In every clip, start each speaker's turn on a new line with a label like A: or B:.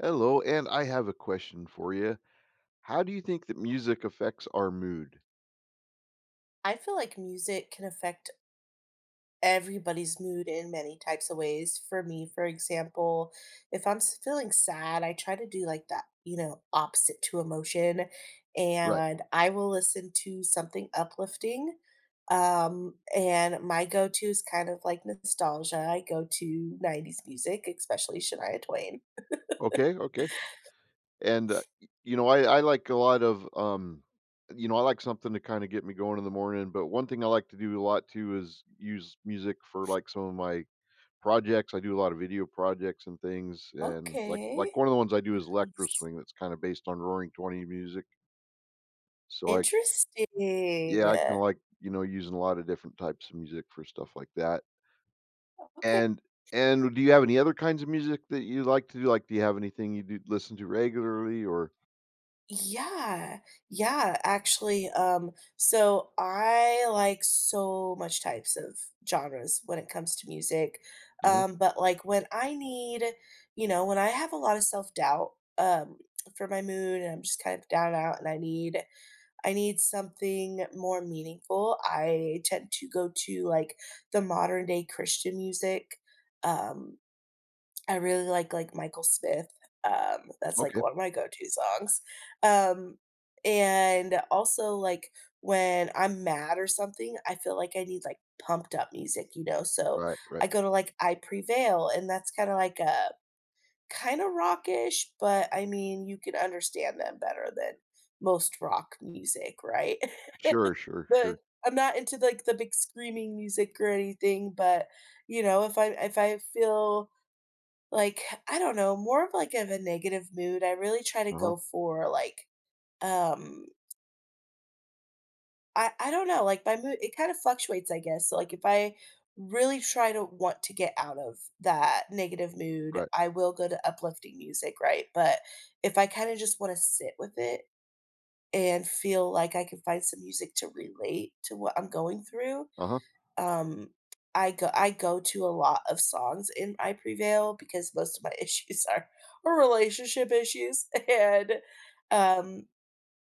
A: Hello, and I have a question for you. How do you think that music affects our mood?
B: I feel like music can affect everybody's mood in many types of ways. For me, for example, if feeling sad, I try to do like that, opposite to emotion.
A: Right.
B: And I will listen to something uplifting. And my go to is kind of like nostalgia. I go to 90s music, especially Shania Twain.
A: Okay, okay. And I like a lot of I like something to kind of get me going in the morning, but one thing I like to do a lot too is use music for like some of my projects. I do a lot of video projects and things and like
B: Okay.
A: one of the ones I do is electro
B: Nice.
A: swing that's kind of based on Roaring 20 music. So I
B: Interesting.
A: yeah, I kind of like, you know, using a lot of different types of music for stuff like that.
B: Okay.
A: And and do you have any other kinds of music that you like to do? Like, do you have anything you do listen to regularly or
B: Yeah, yeah, actually, so I like so much types of genres when it comes to music.
A: Mhm.
B: But like when I need, you know, when I have a lot of self-doubt, um, for my mood and I'm just kind of down and out and I need something more meaningful, I tend to go to like the modern day Christian music. Um, I really like, Michael Smith, that's, like,
A: Okay.
B: one of my go-to songs, um, and also, like, when I'm mad or something, I feel like I need, like, pumped up music, you know, so
A: Right, right.
B: I go to, like, I Prevail, and that's kinda like a kinda rockish. But, I mean, you can understand them better than most rock music, right?
A: Sure, sure, sure.
B: But I'm not into, like, the big screaming music or anything, but, you know, if I feel like, I don't know, more of like of a negative mood. I really try to
A: Uh-huh.
B: go for like, um, I don't know, like my mood, it kind of fluctuates, I guess. So like if I really try to want to get out of that negative mood,
A: Right.
B: I will go to uplifting music, right? But if I kind of just want to sit with it and feel like I can find some music to relate to what I'm going through,
A: Uh-huh.
B: Um, I go to a lot of songs in I Prevail because most of my issues are relationship issues and, um,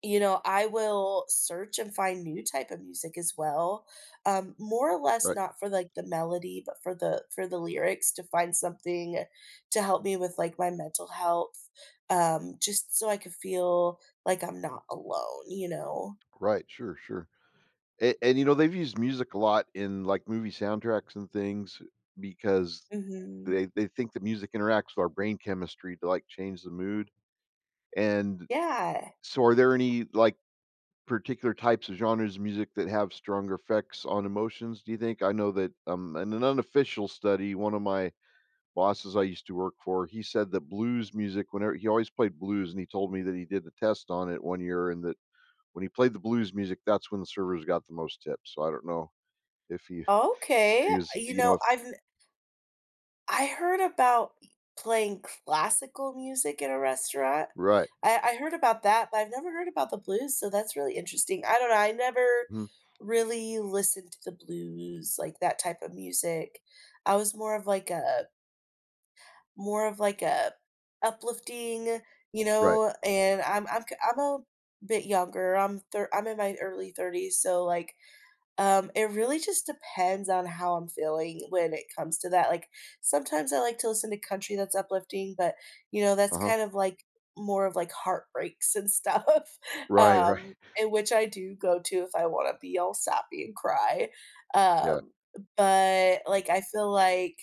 B: you know, I will search and find new type of music as well, more or less
A: Right.
B: not for, like, the melody, but for the lyrics to find something to help me with, like, my mental health, just so I could feel like I'm not alone, you know?
A: Right. Sure, sure. And you know, they've used music a lot in like movie soundtracks and things because
B: Mhm.
A: they think that music interacts with our brain chemistry to like change the mood. And
B: Yeah.
A: so are there any like particular types of genres of music that have stronger effects on emotions, do you think? I know that, in an unofficial study, one of my bosses I used to work for, he said that blues music, whenever he always played blues, and he told me that he did a test on it 1 year and that when he played the blues music, that's when the servers got the most tips. So I don't know if
B: Okay.
A: he was,
B: You
A: you know
B: know,
A: if.
B: I heard about playing classical music in a restaurant.
A: Right.
B: I heard about that, but I've never heard about the blues, so that's really interesting. I don't know, I never
A: Mhm.
B: really listened to the blues, like that type of music. I was more of like a more of like a uplifting, you
A: Right.
B: know, and I'm a bit younger. I'm in my early 30s, so like it really just depends on how I'm feeling when it comes to that. Like sometimes I like to listen to country that's uplifting, but you know, that's
A: Uh-huh.
B: kind of like more of like heartbreaks and stuff.
A: Right, right.
B: And which I do go to if I want to be all sappy and cry.
A: Yeah.
B: Um, but like I feel like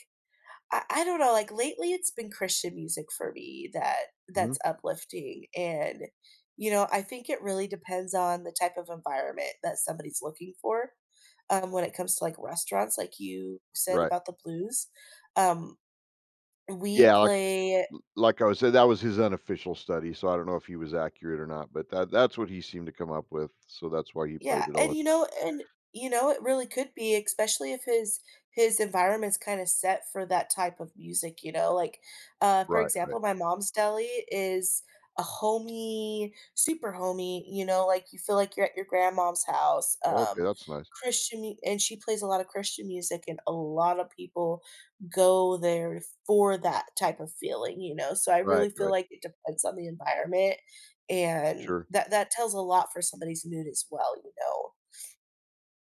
B: I don't know, like, lately it's been Christian music for me that
A: Mhm.
B: that's uplifting, and, you know, I think it really depends on the type of environment that somebody's looking for, when it comes to, like, restaurants, like you said
A: Right.
B: about the blues. Um, we
A: Yeah,
B: play
A: like I was said, that was his unofficial study, so I don't know if he was accurate or not, but that's what he seemed to come up with, so that's why he
B: Yeah,
A: played it all the
B: and
A: time.
B: you know, it really could be, especially if his his environment's kinda set for that type of music, you know, like, for
A: Right, right.
B: example, my mom's deli is a homey, super homey, you know, like, you feel like you're at your grandma's house,
A: Oh, okay, that's nice.
B: Christian mu and she plays a lot of Christian music, and a lot of people go there for that type of feeling, you know, so I
A: Right,
B: really feel
A: right.
B: like it depends on the environment and
A: Sure.
B: that that tells a lot for somebody's mood as well, you know?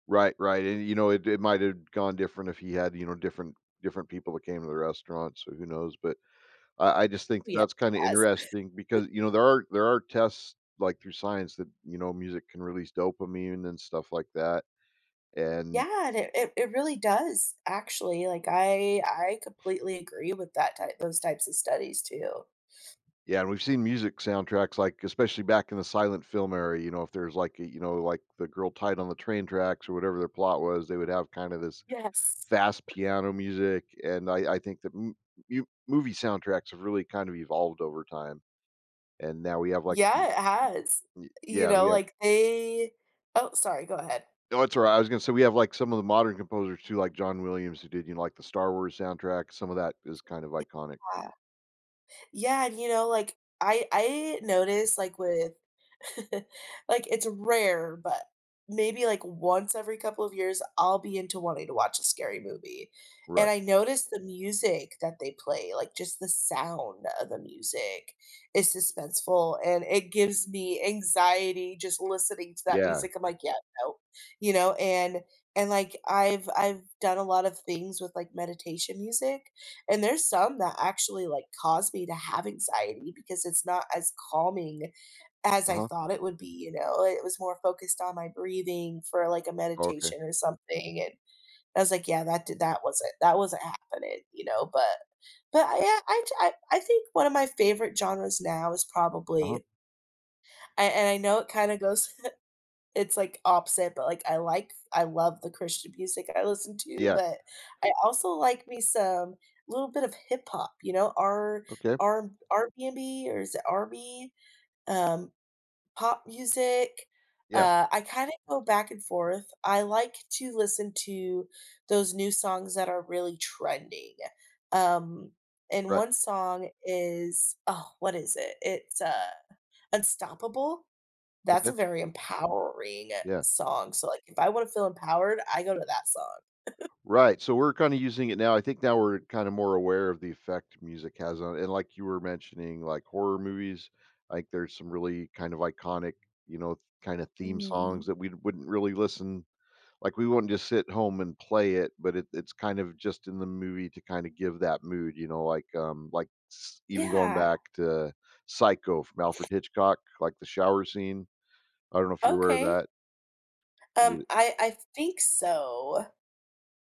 A: Right, right, and, you know, it might have gone different if he had, you know, different people that came to the restaurant, so who knows, but I just think
B: Yeah,
A: that's kinda
B: yes.
A: interesting because, you know, there are tests, like, through science that, you know, music can release dopamine and stuff like that, and
B: Yeah, and it really does, actually, like, I completely agree with that type those types of studies too.
A: Yeah, and we've seen music soundtracks, like, especially back in the silent film era, you know, if there's like a you know, like The Girl Tied on the Train Tracks or whatever their plot was, they would have kind of this
B: Yes.
A: fast piano music, and I think that m mu movie soundtracks have really kind of evolved over time, and now we have, like
B: Yeah, it has.
A: y
B: You
A: yeah, and we
B: know,
A: have
B: like, they Oh, sorry, go ahead.
A: Oh, it's alright, I was gonna say we have, like, some of the modern composers too, like John Williams, who did, you know, like, the Star Wars soundtrack, some of that is kind of iconic.
B: Yeah. Yeah, and, you know, like, I notice like, with like, it's rare, but maybe, like, once every couple of years, I'll be into wanting to watch a scary movie, and
A: Right.
B: I notice the music that they play, like, just the sound of the music is suspenseful, and it gives me anxiety just listening to that
A: Yeah.
B: music. I'm like, "Yeah, no." You know, and, like, I've done a lot of things with, like, meditation music, and there's some that actually, like, cause me to have anxiety because it's not as calming as I
A: Uh-huh.
B: thought it would be, you know? It was more focused on my breathing for, like, a
A: Oh, okay.
B: meditation or something, and I was like, "Yeah, that wasn't happening," you know? But but I yeah, I I, I think one of my favorite genres now is
A: Uh-huh.
B: probably I know it kinda goes it's, like, opposite, but, like, I love the Christian music I listen to,
A: Yeah.
B: but I also like me some little bit of hip hop, you know, R
A: Okay.
B: R R&B or is it R&B? Um, pop music.
A: Yeah.
B: I kinda go back and forth. I like to listen to those new songs that are really trending. Um, and
A: Right.
B: one song is oh, what is it? It's, Unstoppable? That's
A: Okay.
B: a very empowering
A: Yeah.
B: song, so, like, if I wanna feel empowered, I go to that song.
A: Right, so we're kinda using it now I think now we're kinda more aware of the effect music has on it. And like you were mentioning, like, horror movies, like, there's some really kind of iconic, you know, kinda theme songs
B: Mm.
A: that we wouldn't really listen like, we wouldn't just sit home and play it, but it's kind of just in the movie to kinda give that mood, you know, like, s even going
B: Yeah,
A: back to Psycho from Alfred Hitchcock, like, the shower scene. I don't know if you're aware of
B: okay.
A: that.
B: I think so.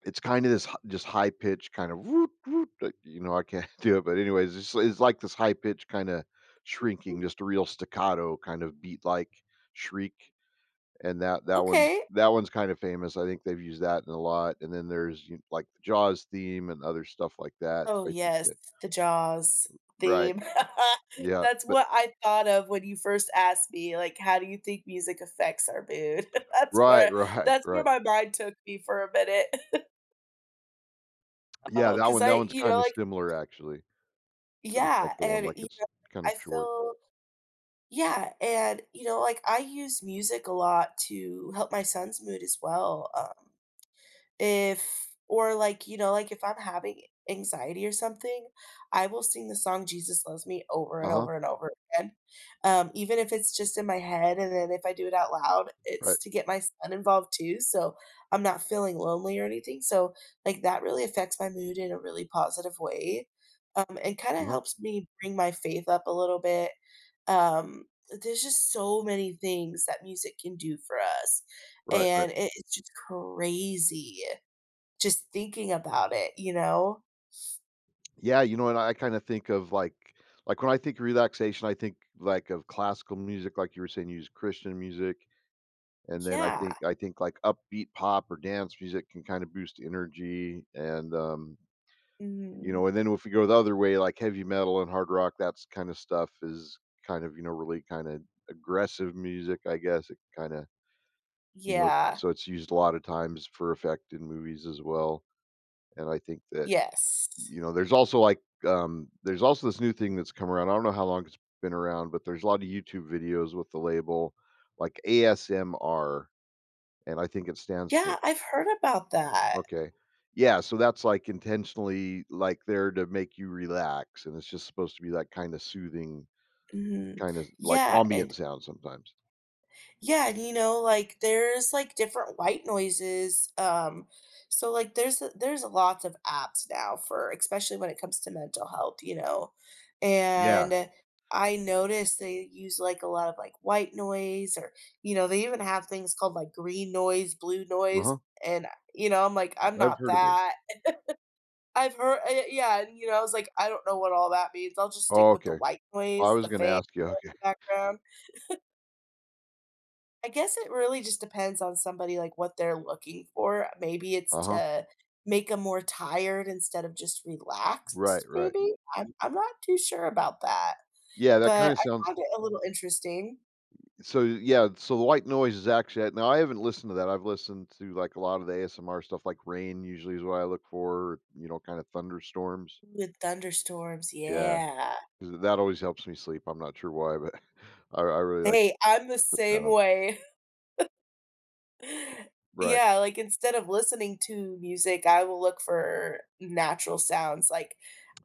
A: It's kinda this h just high pitch kind of "woot woot," like, you know, I can't do it, but anyways, it's like this high pitch kinda shrinking,
B: Hmm.
A: just a real staccato kind of beat-like shriek, and that that one's
B: Okay.
A: that one's kind of famous, I think they've used that in a lot, and then there's, you like, the Jaws theme and other stuff like that,
B: Oh,
A: so I think
B: yes,
A: that
B: the Jaws
A: Right,
B: theme.
A: yeah,
B: That's
A: but
B: what I thought of when you first asked me, like, how do you think music affects our mood? That's
A: Right,
B: where
A: right, right.
B: my mind took me for a minute.
A: Yeah,
B: Oh,
A: that
B: because
A: one
B: I
A: that one's
B: you know,
A: kinda
B: like
A: similar actually to the
B: yeah,
A: second one,
B: and,
A: like,
B: you
A: it's
B: know, like,
A: kinda
B: I
A: short.
B: feel Yeah, and, you know, like, I use music a lot to help my son's mood as well, if or like, you know, like if I'm having anxiety or something, I will sing the song Jesus Loves Me over and
A: Uh-huh,
B: over and over again. Even if it's just in my head and then if I do it out loud,
A: right,
B: it's to get my son involved too, so I'm not feeling lonely or anything. So, like that really affects my mood in a really positive way. And kind of
A: uh-huh,
B: helps me bring my faith up a little bit. Um, there's just so many things that music can do for us,
A: right, right.
B: and it's just crazy. Just thinking about it, you know?
A: Yeah, you know, and I kinda think of, like when I think relaxation, I think, like, of classical music, like you were saying, you use Christian music, and then I
B: Yeah.
A: think I think, like, upbeat pop or dance music can kinda boost energy, and, you know,
B: Mm.
A: and then if we go the other way, like, heavy metal and hard rock, that's kinda stuff is kind of, you know, really kinda aggressive music, I guess, it kinda, you know
B: Yeah.
A: so it's used a lot of times for effect in movies as well, and I think that
B: Yes.
A: you know, there's also, like, there's also this new thing that's come around. I don't know how long it's been around, but there's a lot of YouTube videos with the label, like ASMR, and I think it stands for
B: Yeah, I've heard about that.
A: okay. Yeah, so that's, like, intentionally, like, there to make you relax, and it's just supposed to be that kinda soothing,
B: Mhm.
A: kinda like,
B: Yeah, and
A: ambient sound sometimes.
B: Yeah, and, you know, like, there's, like, different white noises, so, like, there's lots of apps now for especially when it comes to mental health, you know,
A: Yeah.
B: and I noticed they use, like, a lot of, like, white noise or, you know, they even have things called, like, green noise, blue noise,
A: Uh-huh.
B: and, you know, I'm like, "I'm
A: I've
B: not
A: heard of them.
B: that." Yeah, and, you know, I was like, "I don't know what all that means. I'll just stick
A: Oh,
B: with the
A: okay.
B: white
A: I
B: noise,
A: was
B: the
A: gonna
B: fan
A: ask you.
B: in the
A: Okay.
B: background." I guess it really just depends on somebody, like, what they're looking for. Maybe it's
A: Uh-huh.
B: to make them more tired instead of just
A: Right,
B: relaxed,
A: right.
B: maybe? I'm not too sure about that,
A: Yeah, that
B: but
A: kinda
B: I
A: sounds
B: found it a little interesting
A: So, yeah, so the white noise is actually now I haven't listened to that. I've listened to, like, a lot of the ASMR stuff, like rain usually is what I look for, you know, kinda thunderstorms.
B: with thunderstorms,
A: Yeah,
B: yeah.
A: 'cause that always helps me sleep. I'm not sure why, but I really like
B: Hey, I'm the
A: to put that
B: same
A: on.
B: way.
A: Right.
B: Yeah, like, instead of listening to music, I will look for natural sounds, like,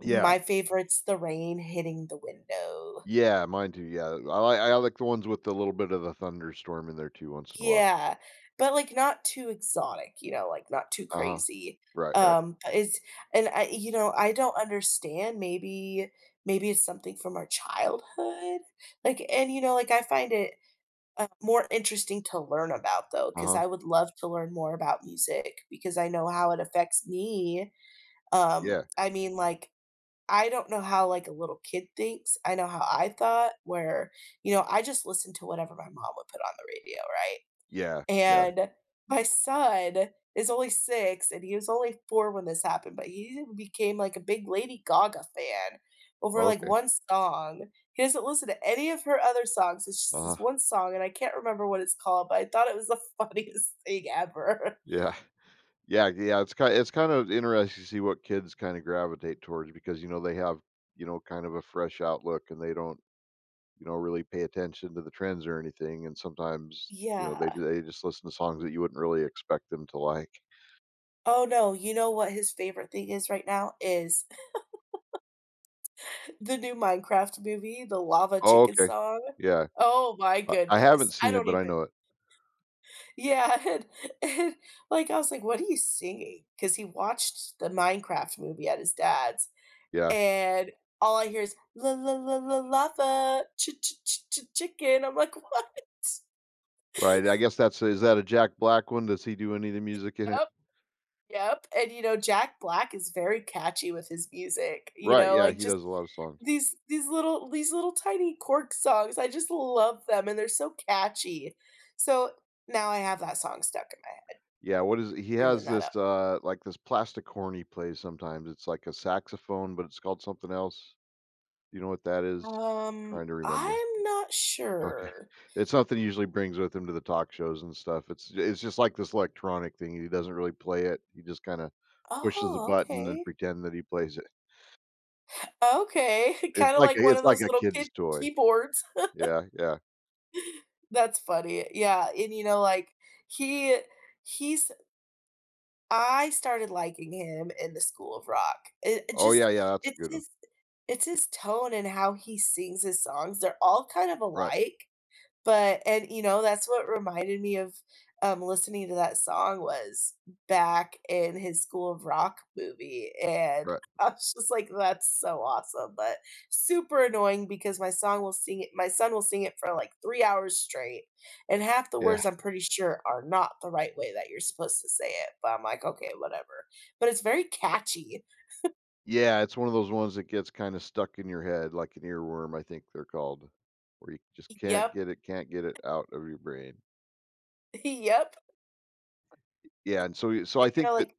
A: Yeah.
B: my favorite's the rain hitting the window.
A: Yeah, mine too, yeah. I like the ones with a little bit of the thunderstorm in there too once in a while.
B: Yeah, but, like, not too exotic, you know, like, not too
A: Uh-huh.
B: crazy.
A: Right, right.
B: But it's and I you know, I don't understand, maybe maybe it's something from our childhood? Like and, you know, like, I find it, more interesting to learn about, though, because
A: Uh-huh.
B: I would love to learn more about music because I know how it affects me.
A: Yeah.
B: I mean, like, I don't know how, like, a little kid thinks. I know how I thought where, you know, I just listened to whatever my mom would put on the radio, right?
A: Yeah, yeah.
B: And my son is only 6, and he was only 4 when this happened, but he became, like, a big Lady Gaga fan over, like,
A: Okay.
B: 1 song. He doesn't listen to any of her other songs, it's just this
A: Uh-huh.
B: 1 song, and I can't remember what it's called, but I thought it was the funniest thing ever.
A: Yeah. Yeah, yeah, it's kind of interesting to see what kids kind of gravitate towards because, you know, they have, you know, kind of a fresh outlook and they don't, you know, really pay attention to the trends or anything. And sometimes, you know, they
B: Yeah.
A: they just listen to songs that you wouldn't really expect them to like.
B: Oh, no, you know what his favorite thing is right now is the new Minecraft movie, the Lava
A: Oh,
B: Chicken
A: okay.
B: song.
A: Yeah.
B: Oh my
A: I haven't
B: goodness. I
A: seen it,
B: don't
A: but I know
B: even
A: it.
B: Yeah, and, like, I was like, "What are you singing?" Because he watched the Minecraft movie at his dad's,
A: Yeah.
B: and all I hear is, "La la la la lava, ch ch ch ch chicken." I'm like, "What?"
A: Right. I guess that's is that a Jack Black one? Does he do any of the music in it?
B: Yep, yep, and, you know, Jack Black is very catchy with his music, you
A: Right.
B: know,
A: Yeah,
B: like,
A: he
B: just
A: does a lot of songs.
B: these little tiny cork songs, I just love them, and they're so catchy. So, now I have that song stuck in my head,
A: Yeah, what is he
B: bringing
A: has
B: that
A: this
B: up.
A: like this plastic horn he plays sometimes. It's like a saxophone, but it's called something else. Do you know what that is? Trying to remember.
B: I'm not
A: Okay.
B: sure.
A: It's something he usually brings with him to the talk shows and stuff. It's just like this electronic thing, he doesn't really play it. He just kinda pushes a
B: Oh,
A: button and
B: okay.
A: pretend that he plays it.
B: Okay. Kinda like one
A: It's
B: of
A: like
B: those
A: a
B: little
A: kid's
B: kid
A: toy.
B: keyboards.
A: Yeah, yeah.
B: That's funny. Yeah, and, you know, like, he he's I started liking him in the School of Rock. It
A: Oh,
B: just
A: yeah, yeah, that's a
B: it's
A: good one.
B: his it's his tone and how he sings his songs. They're all kind of
A: Right,
B: alike, But and, you know, that's what reminded me of, listening to that song was back in his School of Rock movie, and
A: right.
B: I was just like, "That's so awesome," but super annoying because my son will sing it for, like, 3 hours straight, and half the
A: Yeah.
B: words I'm pretty sure are not the right way that you're supposed to say it, but I'm like, "Okay, whatever." But it's very catchy.
A: Yeah, it's one of those ones that gets kinda stuck in your head like an earworm, I think they're called, where you just
B: Yep.
A: can't get it out of your brain.
B: Yep.
A: Yeah, and so so I
B: And, you
A: think
B: know,
A: that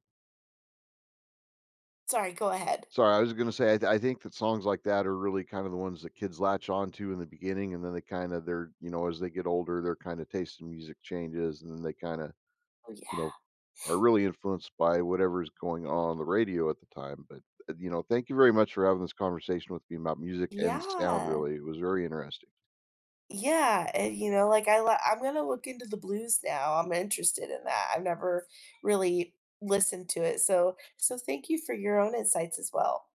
B: sorry, go ahead.
A: Sorry, I was gonna say, I think that songs like that are really kind of the ones that kids latch on to in the beginning, and then they kinda they're you know, as they get older, their kinda taste in music changes, and then they kinda,
B: Oh,
A: you
B: yeah.
A: know, are really influenced by whatever's going on the radio at the time, but, you know, thank you very much for having this conversation with me about music and sound,
B: Yeah.
A: really, it was very interesting.
B: Yeah, and, you know, like, I'm gonna look into the blues now, I'm interested in that, I've never really listened to it, so so thank you for your own insights as well.